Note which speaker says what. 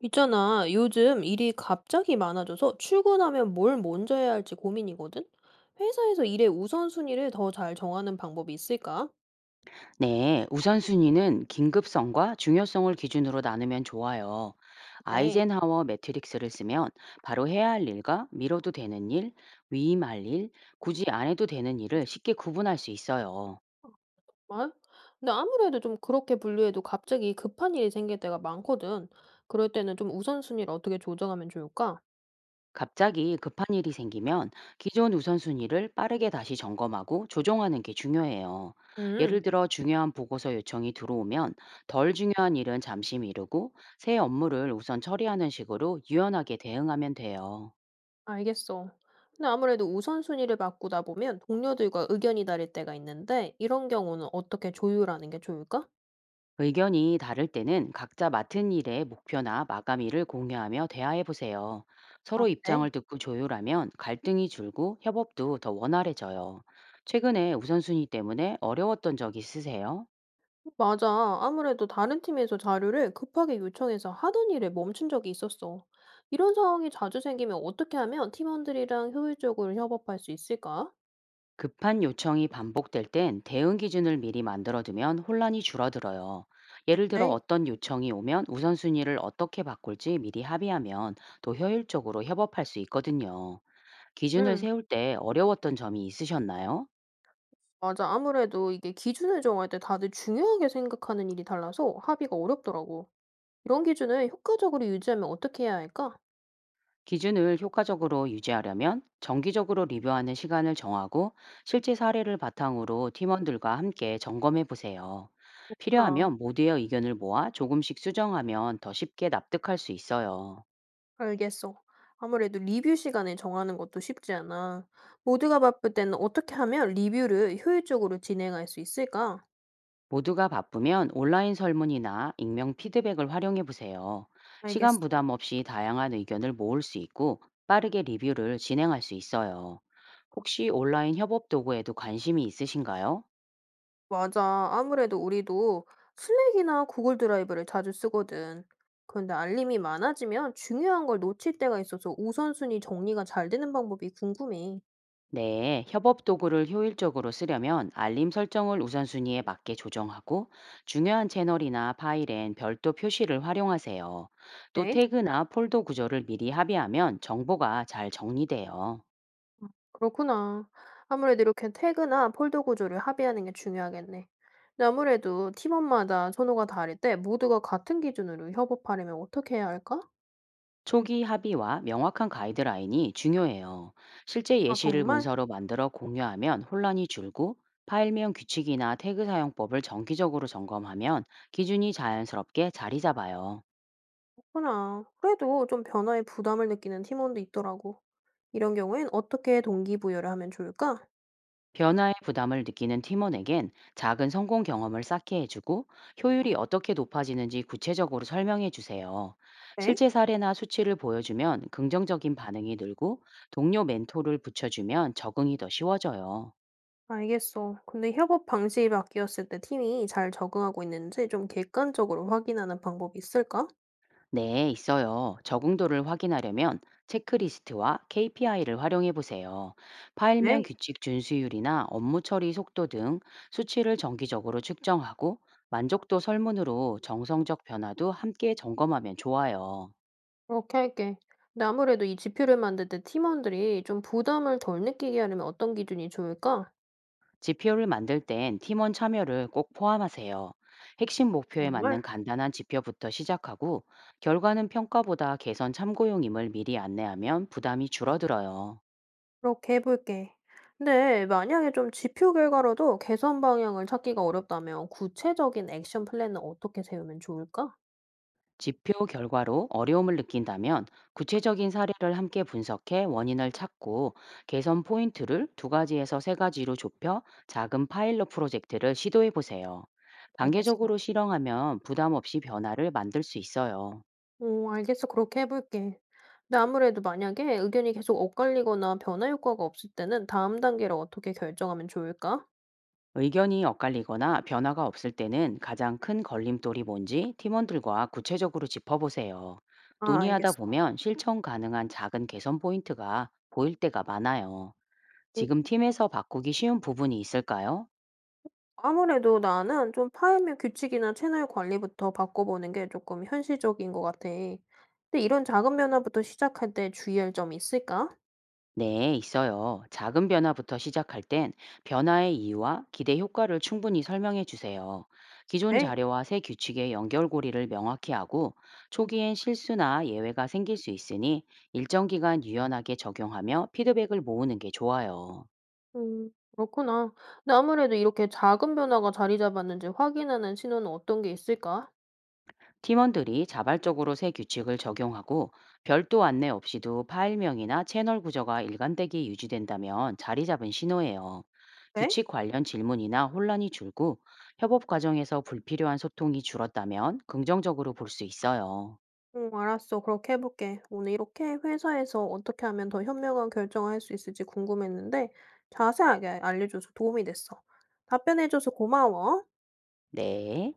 Speaker 1: 있잖아, 요즘 일이 갑자기 많아져서 출근하면 뭘 먼저 해야 할지 고민이거든? 회사에서 일의 우선순위를 더 잘 정하는 방법이 있을까?
Speaker 2: 네, 우선순위는 긴급성과 중요성을 기준으로 나누면 좋아요.
Speaker 1: 네.
Speaker 2: 아이젠하워 매트릭스를 쓰면 바로 해야 할 일과 미뤄도 되는 일, 위임할 일, 굳이 안 해도 되는 일을 쉽게 구분할 수 있어요.
Speaker 1: 아? 근데 아무래도 좀 그렇게 분류해도 갑자기 급한 일이 생길 때가 많거든. 그럴 때는 좀 우선순위를 어떻게 조정하면 좋을까?
Speaker 2: 갑자기 급한 일이 생기면 기존 우선순위를 빠르게 다시 점검하고 조정하는 게 중요해요. 예를
Speaker 1: 음,
Speaker 2: 들어 중요한 보고서 요청이 들어오면 덜 중요한 일은 잠시 미루고 새 업무를 우선 처리하는 식으로 유연하게 대응하면 돼요.
Speaker 1: 알겠어. 근데 아무래도 우선순위를 바꾸다 보면 동료들과 의견이 다를 때가 있는데, 이런 경우는 어떻게 조율하는 게 좋을까?
Speaker 2: 의견이 다를 때는 각자 맡은 일의 목표나 마감일을 공유하며 대화해 보세요.
Speaker 1: 아,
Speaker 2: 서로 입장을
Speaker 1: 그래?
Speaker 2: 듣고 조율하면 갈등이 줄고 협업도 더 원활해져요. 최근에 우선순위 때문에 어려웠던 적 있으세요?
Speaker 1: 맞아. 아무래도 다른 팀에서 자료를 급하게 요청해서 하던 일을 멈춘 적이 있었어. 이런 상황이 자주 생기면 어떻게 하면 팀원들이랑 효율적으로 협업할 수 있을까?
Speaker 2: 급한 요청이 반복될 땐 대응 기준을 미리 만들어두면 혼란이 줄어들어요. 예를 들어
Speaker 1: 네.
Speaker 2: 어떤 요청이 오면 우선순위를 어떻게 바꿀지 미리 합의하면 더 효율적으로 협업할 수 있거든요. 기준을
Speaker 1: 응,
Speaker 2: 세울 때 어려웠던 점이 있으셨나요?
Speaker 1: 맞아. 아무래도 이게 기준을 정할 때 다들 중요하게 생각하는 일이 달라서 합의가 어렵더라고. 이런 기준을 효과적으로 유지하면 어떻게 해야 할까?
Speaker 2: 기준을 효과적으로 유지하려면 정기적으로 리뷰하는 시간을 정하고 실제 사례를 바탕으로 팀원들과 함께 점검해 보세요.
Speaker 1: 나
Speaker 2: 필요하면 모두의 의견을 모아 조금씩 수정하면 더 쉽게 납득할 수 있어요.
Speaker 1: 알겠어. 아무래도 리뷰 시간을 정하는 것도 쉽지 않아. 모두가 바쁠 때는 어떻게 하면 리뷰를 효율적으로 진행할 수 있을까?
Speaker 2: 모두가 바쁘면 온라인 설문이나 익명 피드백을 활용해 보세요. 시간
Speaker 1: 알겠어.
Speaker 2: 부담 없이 다양한 의견을 모을 수 있고 빠르게 리뷰를 진행할 수 있어요. 혹시 온라인 협업 도구에도 관심이 있으신가요?
Speaker 1: 맞아. 아무래도 우리도 슬랙이나 구글 드라이브를 자주 쓰거든. 그런데 알림이 많아지면 중요한 걸 놓칠 때가 있어서 우선순위 정리가 잘 되는 방법이 궁금해.
Speaker 2: 네, 협업 도구를 효율적으로 쓰려면 알림 설정을 우선순위에 맞게 조정하고 중요한 채널이나 파일엔 별도 표시를 활용하세요. 또
Speaker 1: 네.
Speaker 2: 태그나 폴더 구조를 미리 합의하면 정보가 잘 정리돼요.
Speaker 1: 그렇구나. 아무래도 이렇게 태그나 폴더 구조를 합의하는 게 중요하겠네. 근데 아무래도 팀원마다 선호가 다를 때 모두가 같은 기준으로 협업하려면 어떻게 해야 할까?
Speaker 2: 초기 합의와 명확한 가이드라인이 중요해요. 실제
Speaker 1: 아,
Speaker 2: 예시를
Speaker 1: 정말?
Speaker 2: 문서로 만들어 공유하면 혼란이 줄고 파일명 규칙이나 태그 사용법을 정기적으로 점검하면 기준이 자연스럽게 자리 잡아요.
Speaker 1: 그렇구나. 그래도 좀 변화에 부담을 느끼는 팀원도 있더라고. 이런 경우엔 어떻게 동기부여를 하면 좋을까?
Speaker 2: 변화의 부담을 느끼는 팀원에겐 작은 성공 경험을 쌓게 해주고 효율이 어떻게 높아지는지 구체적으로 설명해 주세요.
Speaker 1: 네?
Speaker 2: 실제 사례나 수치를 보여주면 긍정적인 반응이 늘고 동료 멘토를 붙여주면 적응이 더 쉬워져요.
Speaker 1: 알겠어. 근데 협업 방식이 바뀌었을 때 팀이 잘 적응하고 있는지 좀 객관적으로 확인하는 방법이 있을까?
Speaker 2: 네, 있어요. 적응도를 확인하려면 체크리스트와 KPI를 활용해 보세요. 파일명
Speaker 1: 네.
Speaker 2: 규칙 준수율이나 업무 처리 속도 등 수치를 정기적으로 측정하고 만족도 설문으로 정성적 변화도 함께 점검하면 좋아요.
Speaker 1: 그렇게 할게. 근데 아무래도 이 지표를 만들 때 팀원들이 좀 부담을 덜 느끼게 하려면 어떤 기준이 좋을까?
Speaker 2: 지표를 만들 땐 팀원 참여를 꼭 포함하세요. 핵심 목표에
Speaker 1: 정말?
Speaker 2: 맞는 간단한 지표부터 시작하고 결과는 평가보다 개선 참고용임을 미리 안내하면 부담이 줄어들어요.
Speaker 1: 그렇게 해볼게. 근데 만약에 좀 지표 결과로도 개선 방향을 찾기가 어렵다면 구체적인 액션 플랜은 어떻게 세우면 좋을까?
Speaker 2: 지표 결과로 어려움을 느낀다면 구체적인 사례를 함께 분석해 원인을 찾고 개선 포인트를 두 가지에서 세 가지로 좁혀 작은 파일럿 프로젝트를 시도해 보세요.
Speaker 1: 알겠어.
Speaker 2: 단계적으로 실행하면 부담 없이 변화를 만들 수 있어요.
Speaker 1: 오, 알겠어. 그렇게 해 볼게. 근데 아무래도 만약에 의견이 계속 엇갈리거나 변화 효과가 없을 때는 다음 단계를 어떻게 결정하면 좋을까?
Speaker 2: 의견이 엇갈리거나 변화가 없을 때는 가장 큰 걸림돌이 뭔지 팀원들과 구체적으로 짚어보세요.
Speaker 1: 아,
Speaker 2: 논의하다
Speaker 1: 알겠어.
Speaker 2: 보면 실천 가능한 작은 개선 포인트가 보일 때가 많아요.
Speaker 1: 음
Speaker 2: 지금 팀에서 바꾸기 쉬운 부분이 있을까요?
Speaker 1: 아무래도 나는 좀 파일명 규칙이나 채널 관리부터 바꿔보는 게 조금 현실적인 것 같아. 근데 이런 작은 변화부터 시작할 때 주의할 점이 있을까?
Speaker 2: 네, 있어요. 작은 변화부터 시작할 땐 변화의 이유와 기대 효과를 충분히 설명해 주세요. 기존
Speaker 1: 네.
Speaker 2: 자료와 새 규칙의 연결고리를 명확히 하고 초기엔 실수나 예외가 생길 수 있으니 일정 기간 유연하게 적용하며 피드백을 모으는 게 좋아요.
Speaker 1: 음, 그렇구나. 근데 아무래도 이렇게 작은 변화가 자리 잡았는지 확인하는 신호는 어떤 게 있을까?
Speaker 2: 팀원들이 자발적으로 새 규칙을 적용하고 별도 안내 없이도 파일명이나 채널 구조가 일관되게 유지된다면 자리 잡은 신호예요.
Speaker 1: 네?
Speaker 2: 규칙 관련 질문이나 혼란이 줄고 협업 과정에서 불필요한 소통이 줄었다면 긍정적으로 볼 수 있어요.
Speaker 1: 응, 알았어. 그렇게 해볼게. 오늘 이렇게 회사에서 어떻게 하면 더 현명한 결정을 할 수 있을지 궁금했는데 자세하게 알려줘서 도움이 됐어. 답변해줘서 고마워.
Speaker 2: 네.